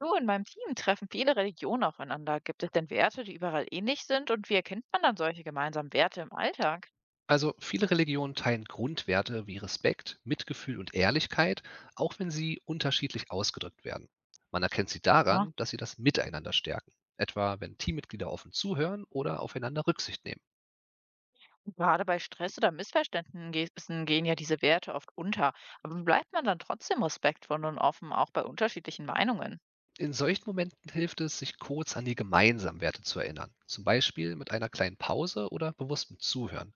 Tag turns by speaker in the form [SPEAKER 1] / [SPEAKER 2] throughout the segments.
[SPEAKER 1] Du, in meinem Team treffen viele Religionen aufeinander. Gibt es denn Werte, die überall ähnlich sind? Und wie erkennt man dann solche gemeinsamen Werte im Alltag?
[SPEAKER 2] Also viele Religionen teilen Grundwerte wie Respekt, Mitgefühl und Ehrlichkeit, auch wenn sie unterschiedlich ausgedrückt werden. Man erkennt sie
[SPEAKER 1] Ja,
[SPEAKER 2] daran, dass sie das Miteinander stärken, etwa wenn Teammitglieder offen zuhören oder aufeinander Rücksicht nehmen.
[SPEAKER 1] gerade bei Stress oder Missverständnissen gehen ja diese Werte oft unter. Aber wie bleibt man dann trotzdem respektvoll und offen, auch bei unterschiedlichen Meinungen?
[SPEAKER 2] In solchen Momenten hilft es, sich kurz an die gemeinsamen Werte zu erinnern, zum Beispiel mit einer kleinen Pause oder bewusstem Zuhören.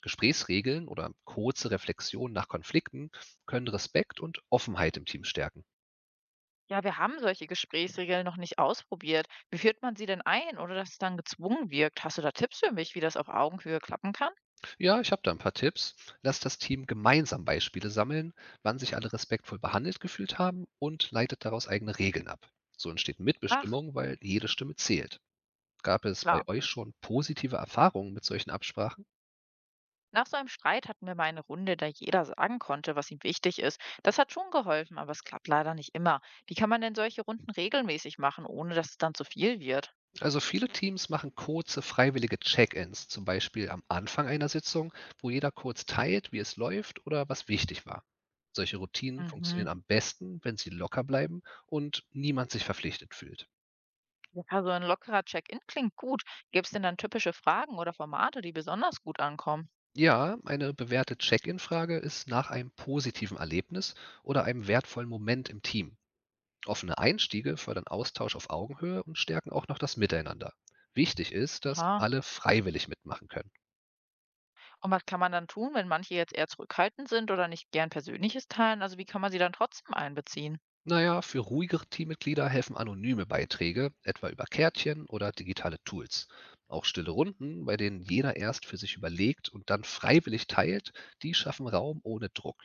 [SPEAKER 2] Gesprächsregeln oder kurze Reflexionen nach Konflikten können Respekt und Offenheit im Team stärken.
[SPEAKER 1] Ja, wir haben solche Gesprächsregeln noch nicht ausprobiert. Wie führt man sie denn ein, ohne dass es dann gezwungen wirkt? Hast du da Tipps für mich, wie das auf Augenhöhe klappen kann?
[SPEAKER 2] Ja, ich habe da ein paar Tipps. Lasst das Team gemeinsam Beispiele sammeln, wann sich alle respektvoll behandelt gefühlt haben und leitet daraus eigene Regeln ab. So entsteht
[SPEAKER 1] Ach,
[SPEAKER 2] Mitbestimmung, weil jede Stimme zählt. Gab es bei
[SPEAKER 1] klar.
[SPEAKER 2] euch schon positive Erfahrungen mit solchen Absprachen?
[SPEAKER 1] Nach so einem Streit hatten wir mal eine Runde, da jeder sagen konnte, was ihm wichtig ist. Das hat schon geholfen, aber es klappt leider nicht immer. Wie kann man denn solche Runden regelmäßig machen, ohne dass es dann zu viel wird?
[SPEAKER 2] Also viele Teams machen kurze freiwillige Check-ins, zum Beispiel am Anfang einer Sitzung, wo jeder kurz teilt, wie es läuft oder was wichtig war. Solche Routinen
[SPEAKER 1] Mhm.
[SPEAKER 2] funktionieren am besten, wenn sie locker bleiben und niemand sich verpflichtet fühlt.
[SPEAKER 1] Ja, so ein lockerer Check-in klingt gut. Gibt es denn dann typische Fragen oder Formate, die besonders gut ankommen?
[SPEAKER 2] Ja, eine bewährte Check-in-Frage ist nach einem positiven Erlebnis oder einem wertvollen Moment im Team. Offene Einstiege fördern Austausch auf Augenhöhe und stärken auch noch das Miteinander. Wichtig ist, dass
[SPEAKER 1] Aha.
[SPEAKER 2] alle freiwillig mitmachen können.
[SPEAKER 1] Und was kann man dann tun, wenn manche jetzt eher zurückhaltend sind oder nicht gern Persönliches teilen? Also wie kann man sie dann trotzdem einbeziehen?
[SPEAKER 2] Naja, für ruhigere Teammitglieder helfen anonyme Beiträge, etwa über Kärtchen oder digitale Tools. Auch stille Runden, bei denen jeder erst für sich überlegt und dann freiwillig teilt, die schaffen Raum ohne Druck.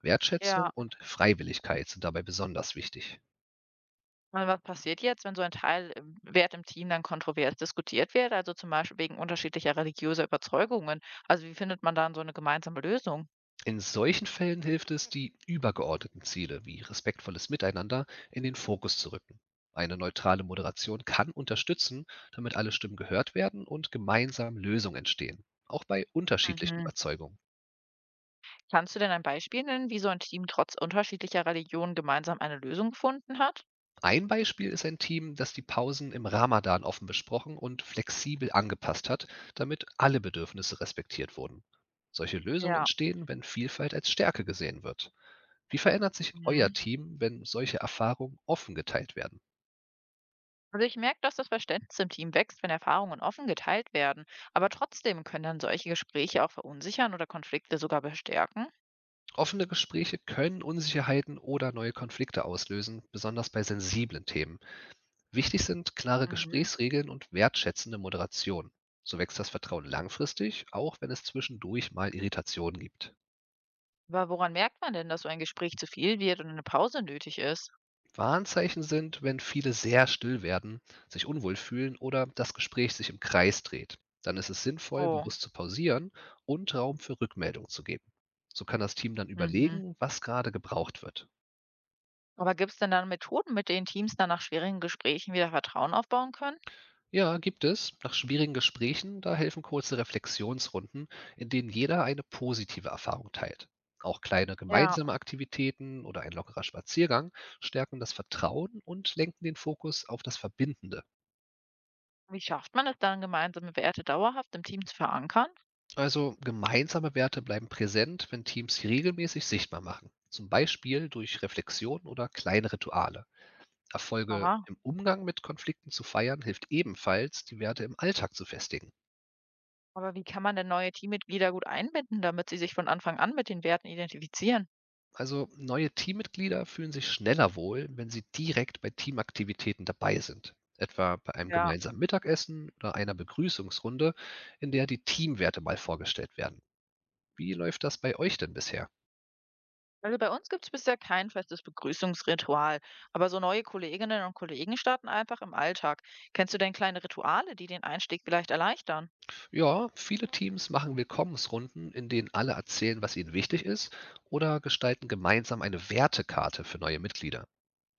[SPEAKER 2] Wertschätzung
[SPEAKER 1] Ja.
[SPEAKER 2] und Freiwilligkeit sind dabei besonders wichtig.
[SPEAKER 1] Und was passiert jetzt, wenn so ein Teil im Wert im Team dann kontrovers diskutiert wird, also zum Beispiel wegen unterschiedlicher religiöser Überzeugungen? Also wie findet man dann so eine gemeinsame Lösung?
[SPEAKER 2] In solchen Fällen hilft es, die übergeordneten Ziele wie respektvolles Miteinander in den Fokus zu rücken. Eine neutrale Moderation kann unterstützen, damit alle Stimmen gehört werden und gemeinsam Lösungen entstehen, auch bei unterschiedlichen
[SPEAKER 1] Mhm.
[SPEAKER 2] Überzeugungen.
[SPEAKER 1] Kannst du denn ein Beispiel nennen, wie so ein Team trotz unterschiedlicher Religionen gemeinsam eine Lösung gefunden hat?
[SPEAKER 2] Ein Beispiel ist ein Team, das die Pausen im Ramadan offen besprochen und flexibel angepasst hat, damit alle Bedürfnisse respektiert wurden. Solche Lösungen
[SPEAKER 1] Ja.
[SPEAKER 2] entstehen, wenn Vielfalt als Stärke gesehen wird. Wie verändert sich euer
[SPEAKER 1] Mhm.
[SPEAKER 2] Team, wenn solche Erfahrungen offen geteilt werden?
[SPEAKER 1] Also ich merke, dass das Verständnis im Team wächst, wenn Erfahrungen offen geteilt werden. Aber trotzdem können dann solche Gespräche auch verunsichern oder Konflikte sogar bestärken.
[SPEAKER 2] Offene Gespräche können Unsicherheiten oder neue Konflikte auslösen, besonders bei sensiblen Themen. Wichtig sind klare
[SPEAKER 1] Mhm.
[SPEAKER 2] Gesprächsregeln und wertschätzende Moderation. So wächst das Vertrauen langfristig, auch wenn es zwischendurch mal Irritationen gibt.
[SPEAKER 1] Aber woran merkt man denn, dass so ein Gespräch zu viel wird und eine Pause nötig ist?
[SPEAKER 2] Warnzeichen sind, wenn viele sehr still werden, sich unwohl fühlen oder das Gespräch sich im Kreis dreht. Dann ist es sinnvoll,
[SPEAKER 1] Oh.
[SPEAKER 2] bewusst zu pausieren und Raum für Rückmeldung zu geben. So kann das Team dann
[SPEAKER 1] Mhm.
[SPEAKER 2] überlegen, was gerade gebraucht wird.
[SPEAKER 1] Aber gibt es denn dann Methoden, mit denen Teams dann nach schwierigen Gesprächen wieder Vertrauen aufbauen können?
[SPEAKER 2] Ja, gibt es. Nach schwierigen Gesprächen, da helfen kurze Reflexionsrunden, in denen jeder eine positive Erfahrung teilt. Auch kleine
[SPEAKER 1] Ja,
[SPEAKER 2] gemeinsame Aktivitäten oder ein lockerer Spaziergang stärken das Vertrauen und lenken den Fokus auf das Verbindende.
[SPEAKER 1] wie schafft man es dann, gemeinsame Werte dauerhaft im Team zu verankern?
[SPEAKER 2] Also gemeinsame Werte bleiben präsent, wenn Teams sie regelmäßig sichtbar machen. Zum Beispiel durch Reflexion oder kleine Rituale. Erfolge
[SPEAKER 1] Aha.
[SPEAKER 2] im Umgang mit Konflikten zu feiern hilft ebenfalls, die Werte im Alltag zu festigen.
[SPEAKER 1] Aber wie kann man denn neue Teammitglieder gut einbinden, damit sie sich von Anfang an mit den Werten identifizieren?
[SPEAKER 2] Also neue Teammitglieder fühlen sich schneller wohl, wenn sie direkt bei Teamaktivitäten dabei sind, etwa bei einem
[SPEAKER 1] Ja,
[SPEAKER 2] gemeinsamen Mittagessen oder einer Begrüßungsrunde, in der die Teamwerte mal vorgestellt werden. Wie läuft das bei euch denn bisher?
[SPEAKER 1] also bei uns gibt es bisher kein festes Begrüßungsritual, aber so neue Kolleginnen und Kollegen starten einfach im Alltag. Kennst du denn kleine Rituale, die den Einstieg vielleicht erleichtern?
[SPEAKER 2] Ja, viele Teams machen Willkommensrunden, in denen alle erzählen, was ihnen wichtig ist, oder gestalten gemeinsam eine Wertekarte für neue Mitglieder.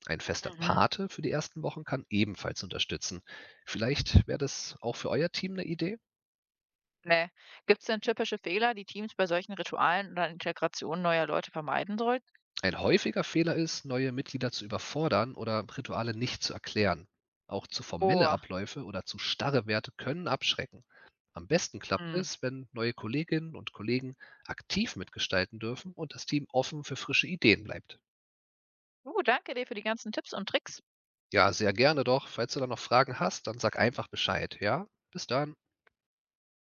[SPEAKER 2] Ein fester
[SPEAKER 1] Mhm.
[SPEAKER 2] Pate für die ersten Wochen kann ebenfalls unterstützen. Vielleicht wäre das auch für euer Team eine Idee?
[SPEAKER 1] Nee. Gibt es denn typische Fehler, die Teams bei solchen Ritualen oder Integrationen neuer Leute vermeiden sollten?
[SPEAKER 2] Ein häufiger Fehler ist, neue Mitglieder zu überfordern oder Rituale nicht zu erklären. Auch zu formelle
[SPEAKER 1] Oh,
[SPEAKER 2] Abläufe oder zu starre Werte können abschrecken. Am besten klappt
[SPEAKER 1] hm.
[SPEAKER 2] es, wenn neue Kolleginnen und Kollegen aktiv mitgestalten dürfen und das Team offen für frische Ideen bleibt.
[SPEAKER 1] Du, danke dir für die ganzen Tipps und Tricks.
[SPEAKER 2] Ja, sehr gerne doch. Falls du da noch Fragen hast, dann sag einfach Bescheid. Ja, bis dann.